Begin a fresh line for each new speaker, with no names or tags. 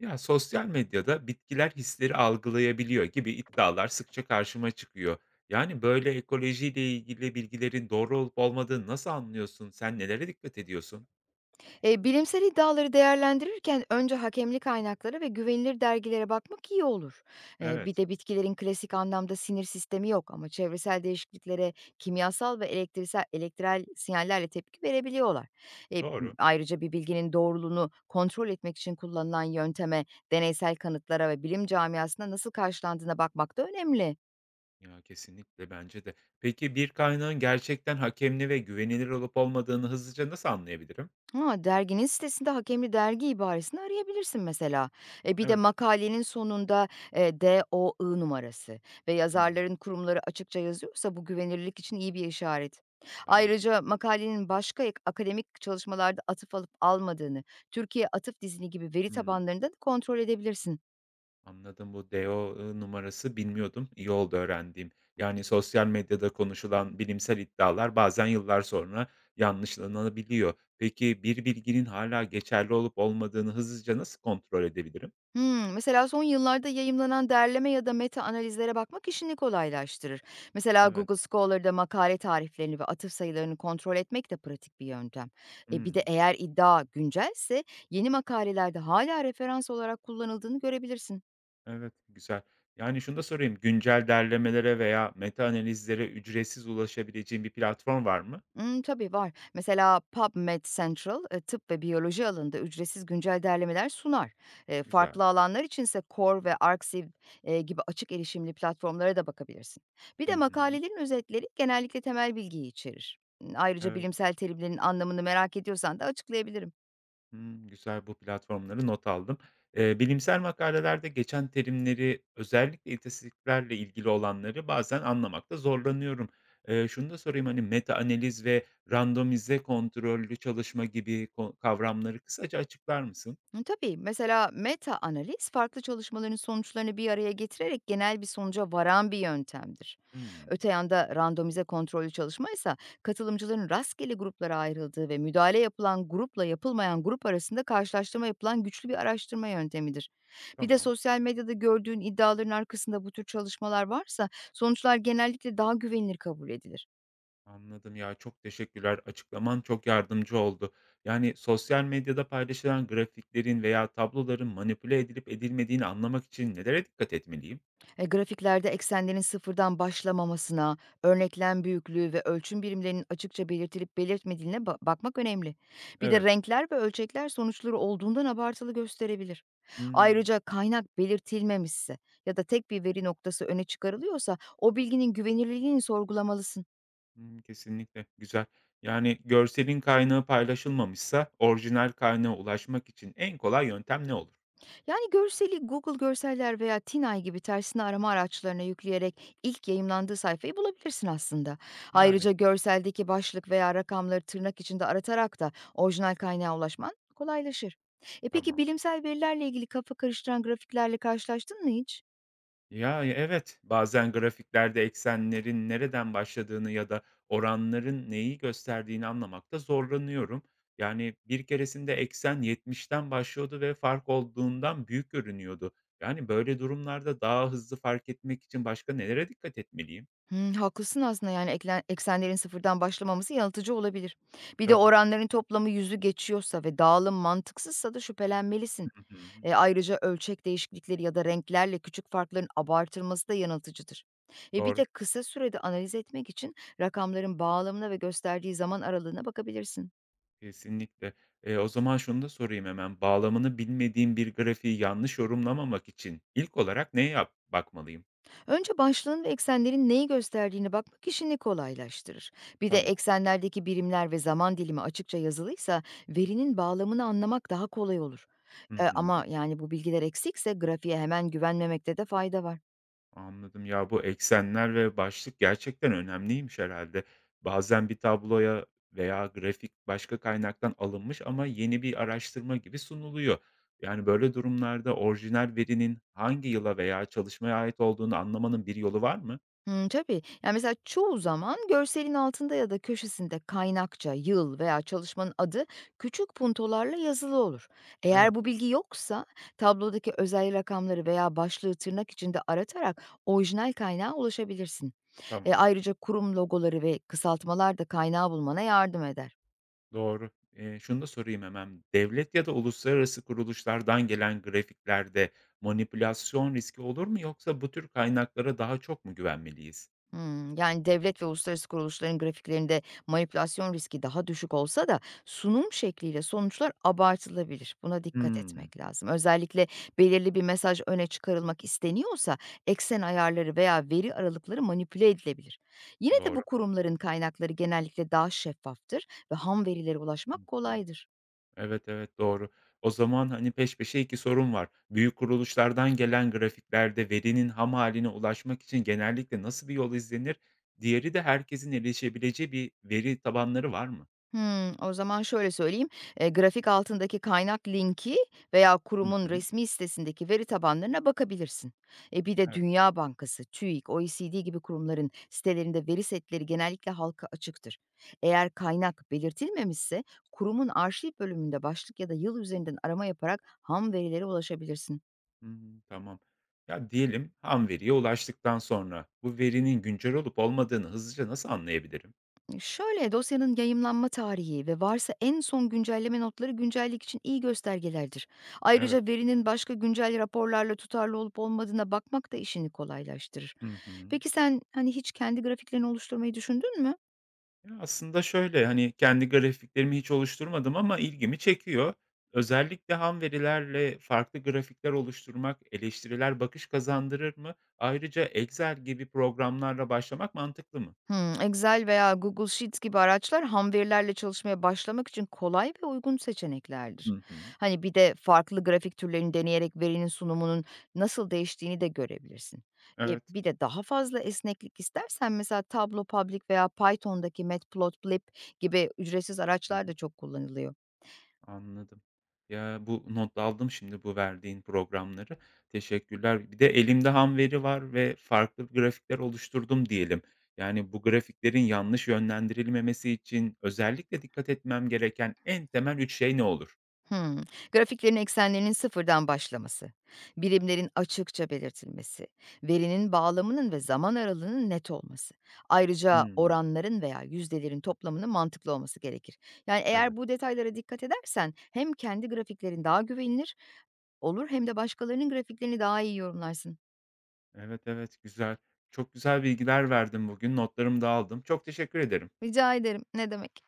Ya sosyal medyada bitkiler hisleri algılayabiliyor gibi iddialar sıkça karşıma çıkıyor. Yani böyle ekolojiyle ilgili bilgilerin doğru olup olmadığını nasıl anlıyorsun? Sen nelere dikkat ediyorsun?
Bilimsel iddiaları değerlendirirken önce hakemli kaynaklara ve güvenilir dergilere bakmak iyi olur. Bir
Evet,
de bitkilerin klasik anlamda sinir sistemi yok ama çevresel değişikliklere kimyasal ve elektrel sinyallerle tepki verebiliyorlar. E,
doğru.
Ayrıca bir bilginin doğruluğunu kontrol etmek için kullanılan yönteme, deneysel kanıtlara ve bilim camiasına nasıl karşılandığına bakmak da önemli.
Ya kesinlikle bence de. Peki bir kaynağın gerçekten hakemli ve güvenilir olup olmadığını hızlıca nasıl anlayabilirim?
Ha, Derginin sitesinde "Hakemli Dergi" ibaresini arayabilirsin mesela. Bir de
Evet.
makalenin sonunda, DOI numarası ve
Hmm,
yazarların kurumları açıkça yazıyorsa bu güvenilirlik için iyi bir işaret.
tamam.
Ayrıca makalenin başka ek akademik çalışmalarda atıf alıp almadığını, Türkiye Atıf Dizini gibi veri
Hmm.
tabanlarında da kontrol edebilirsin.
Anladım. Bu DO, numarası bilmiyordum. İyi oldu öğrendiğim. Yani, sosyal medyada konuşulan bilimsel iddialar bazen yıllar sonra yanlışlanabiliyor. Peki, bir bilginin hala geçerli olup olmadığını hızlıca nasıl kontrol edebilirim?
Hımm, mesela son yıllarda yayımlanan derleme ya da meta analizlere bakmak işini kolaylaştırır. Mesela
Evet.
Google Scholar'da makale tariflerini ve atıf sayılarını kontrol etmek de pratik bir yöntem. Bir de
Hımm.
eğer iddia güncelse yeni makalelerde hala referans olarak kullanıldığını görebilirsin.
Evet, güzel. Yani, şunu da sorayım, güncel derlemelere veya meta analizlere ücretsiz ulaşabileceğim bir platform var mı?
Tabii var. Mesela PubMed Central, tıp ve biyoloji alanında ücretsiz güncel derlemeler sunar.
Güzel.
Farklı alanlar içinse Core ve Arxiv, gibi açık erişimli platformlara da bakabilirsin. Bir
Hı
de
hı.
makalelerin özetleri genellikle temel bilgiyi içerir. Imm, ayrıca
Evet.
bilimsel terimlerin anlamını merak ediyorsan da açıklayabilirim.
Hımm, güzel bu platformları not aldım. Bilimsel makalelerde geçen terimleri, özellikle istatistiklerle ilgili olanları bazen anlamakta zorlanıyorum. Şunu da sorayım, hani, meta analiz ve randomize kontrollü çalışma gibi kavramları kısaca açıklar mısın?
Tabii mesela meta analiz farklı çalışmaların sonuçlarını bir araya getirerek genel bir sonuca varan bir yöntemdir.
Hımm,
Öte yanda randomize kontrollü çalışma ise katılımcıların rastgele gruplara ayrıldığı ve müdahale yapılan grupla yapılmayan grup arasında karşılaştırma yapılan güçlü bir araştırma yöntemidir. Bir de
tamam,
sosyal medyada gördüğün iddiaların arkasında bu tür çalışmalar varsa sonuçlar genellikle daha güvenilir kabul edilir.
anladım. Ya, çok teşekkürler. Açıklaman çok yardımcı oldu. Yani, sosyal medyada paylaşılan grafiklerin veya tabloların manipüle edilip edilmediğini anlamak için nelere dikkat etmeliyim?
Grafiklerde eksenlerin sıfırdan başlamamasına, örneklem büyüklüğü ve ölçüm birimlerinin açıkça belirtilip belirtmediğine bakmak önemli. Bir de
Evet.
renkler ve ölçekler sonuçları olduğundan abartılı gösterebilir.
Hımm.
Ayrıca kaynak belirtilmemişse ya da tek bir veri noktası öne çıkarılıyorsa o bilginin güvenilirliğini sorgulamalısın.
Hımm, kesinlikle, güzel. Yani, görselin kaynağı paylaşılmamışsa orijinal kaynağa ulaşmak için en kolay yöntem ne olur?
Yani görseli Google Görseller veya Tinay gibi tersine arama araçlarına yükleyerek ilk yayımlandığı sayfayı bulabilirsin aslında.
Yani.
Ayrıca görseldeki başlık veya rakamları tırnak içinde aratarak da orijinal kaynağa ulaşman kolaylaşır. Peki
Tamam.
bilimsel verilerle ilgili kafa karıştıran grafiklerle karşılaştın mı hiç?
Ya, ya, evet, bazen grafiklerde eksenlerin nereden başladığını ya da oranların neyi gösterdiğini anlamakta zorlanıyorum. Yani, bir keresinde eksen 70'ten başlıyordu ve fark olduğundan büyük görünüyordu. Yani, böyle durumlarda daha hızlı fark etmek için başka nelere dikkat etmeliyim?
Haklısın aslında yani eksenlerin sıfırdan başlamaması yanıltıcı olabilir. Bir de
Tabii.
oranların toplamı yüzü geçiyorsa ve dağılım mantıksızsa da şüphelenmelisin.
Hı hı. Hı.
Ayrıca ölçek değişiklikleri ya da renklerle küçük farkların abartılması da yanıltıcıdır. Bir
Doğru.
de kısa sürede analiz etmek için rakamların bağlamına ve gösterdiği zaman aralığına bakabilirsin.
Kesinlikle. O zaman şunu da sorayım hemen, bağlamını bilmediğim bir grafiği yanlış yorumlamamak için ilk olarak neye bakmalıyım?
Önce başlığın ve eksenlerin neyi gösterdiğini bakmak işini kolaylaştırır. Bir de
Tamam.
eksenlerdeki birimler ve zaman dilimi açıkça yazılıysa verinin bağlamını anlamak daha kolay olur.
Hı hı.
Ama yani bu bilgiler eksikse grafiğe hemen güvenmemekte de fayda var.
Anladım. Ya, bu eksenler ve başlık gerçekten önemliymiş herhalde. Bazen bir tabloya veya grafik başka kaynaktan alınmış ama yeni bir araştırma gibi sunuluyor. Yani, böyle durumlarda orijinal verinin hangi yıla veya çalışmaya ait olduğunu anlamanın bir yolu var mı?
Hımm, tabii. Yani mesela çoğu zaman görselin altında ya da köşesinde kaynakça, yıl veya çalışmanın adı küçük puntolarla yazılı olur. Eğer
Evet,
bu bilgi yoksa tablodaki özel rakamları veya başlığı tırnak içinde aratarak orijinal kaynağa ulaşabilirsin.
tamam.
Ayrıca kurum logoları ve kısaltmalar da kaynağı bulmana yardım eder.
Doğru. Şunu da sorayım hemen. Devlet ya da uluslararası kuruluşlardan gelen grafiklerde manipülasyon riski olur mu yoksa bu tür kaynaklara daha çok mu güvenmeliyiz?
Hımm. Yani, devlet ve uluslararası kuruluşların grafiklerinde manipülasyon riski daha düşük olsa da sunum şekliyle sonuçlar abartılabilir. Buna dikkat
Hımm.
etmek lazım. Özellikle belirli bir mesaj öne çıkarılmak isteniyorsa eksen ayarları veya veri aralıkları manipüle edilebilir. Yine de bu
Doğru.
kurumların kaynakları genellikle daha şeffaftır ve ham verilere
Hı
ulaşmak
hı.
kolaydır.
Evet, evet, doğru. O zaman, hani, peş peşe 2 sorun var. Büyük kuruluşlardan gelen grafiklerde verinin ham haline ulaşmak için genellikle nasıl bir yol izlenir? Diğeri de herkesin erişebileceği bir veri tabanları var mı?
Hımm. O zaman şöyle söyleyeyim, grafik altındaki kaynak linki veya
Hı
kurumun
hı.
resmi sitesindeki veri tabanlarına bakabilirsin. Bir de
Evet.
Dünya Bankası, TÜİK, OECD gibi kurumların sitelerinde veri setleri genellikle halka açıktır. Eğer kaynak belirtilmemişse kurumun arşiv bölümünde başlık ya da yıl üzerinden arama yaparak ham verilere ulaşabilirsin.
Hımm, tamam. Ya, diyelim ham veriye ulaştıktan sonra bu verinin güncel olup olmadığını hızlıca nasıl anlayabilirim?
Şöyle, dosyanın yayımlanma tarihi ve varsa en son güncelleme notları güncellik için iyi göstergelerdir.
Evet.
Ayrıca verinin başka güncel raporlarla tutarlı olup olmadığına bakmak da işini kolaylaştırır.
Hı hı.
Peki sen hani hiç kendi grafiklerini oluşturmayı düşündün mü?
Ya, aslında şöyle, hani, kendi grafiklerimi hiç oluşturmadım ama ilgimi çekiyor. Özellikle ham verilerle farklı grafikler oluşturmak eleştiriler bakış kazandırır mı? Ayrıca Excel gibi programlarla başlamak mantıklı mı?
Hımm. Excel veya Google Sheets gibi araçlar ham verilerle çalışmaya başlamak için kolay ve uygun seçeneklerdir.
Hı hı.
Hani bir de farklı grafik türlerini deneyerek verinin sunumunun nasıl değiştiğini de görebilirsin.
Evet.
Bir de daha fazla esneklik istersen mesela Tableau Public veya Python'daki Matplotlib gibi ücretsiz araçlar
Hı.
da çok kullanılıyor.
Anladım. Ya, bu not aldım şimdi bu verdiğin programları. Teşekkürler. Bir de elimde ham veri var ve farklı grafikler oluşturdum diyelim. Yani bu grafiklerin yanlış yönlendirilmemesi için özellikle dikkat etmem gereken en temel 3 şey ne olur?
Hımm. Grafiklerin eksenlerinin sıfırdan başlaması, birimlerin açıkça belirtilmesi, verinin bağlamının ve zaman aralığının net olması. Ayrıca
Hımm.
oranların veya yüzdelerin toplamının mantıklı olması gerekir. Yani, eğer
Evet.
bu detaylara dikkat edersen hem kendi grafiklerin daha güvenilir olur hem de başkalarının grafiklerini daha iyi yorumlarsın.
Evet, evet, güzel. Çok güzel bilgiler verdin bugün. Notlarımı da aldım. Çok teşekkür ederim.
Rica ederim, ne demek.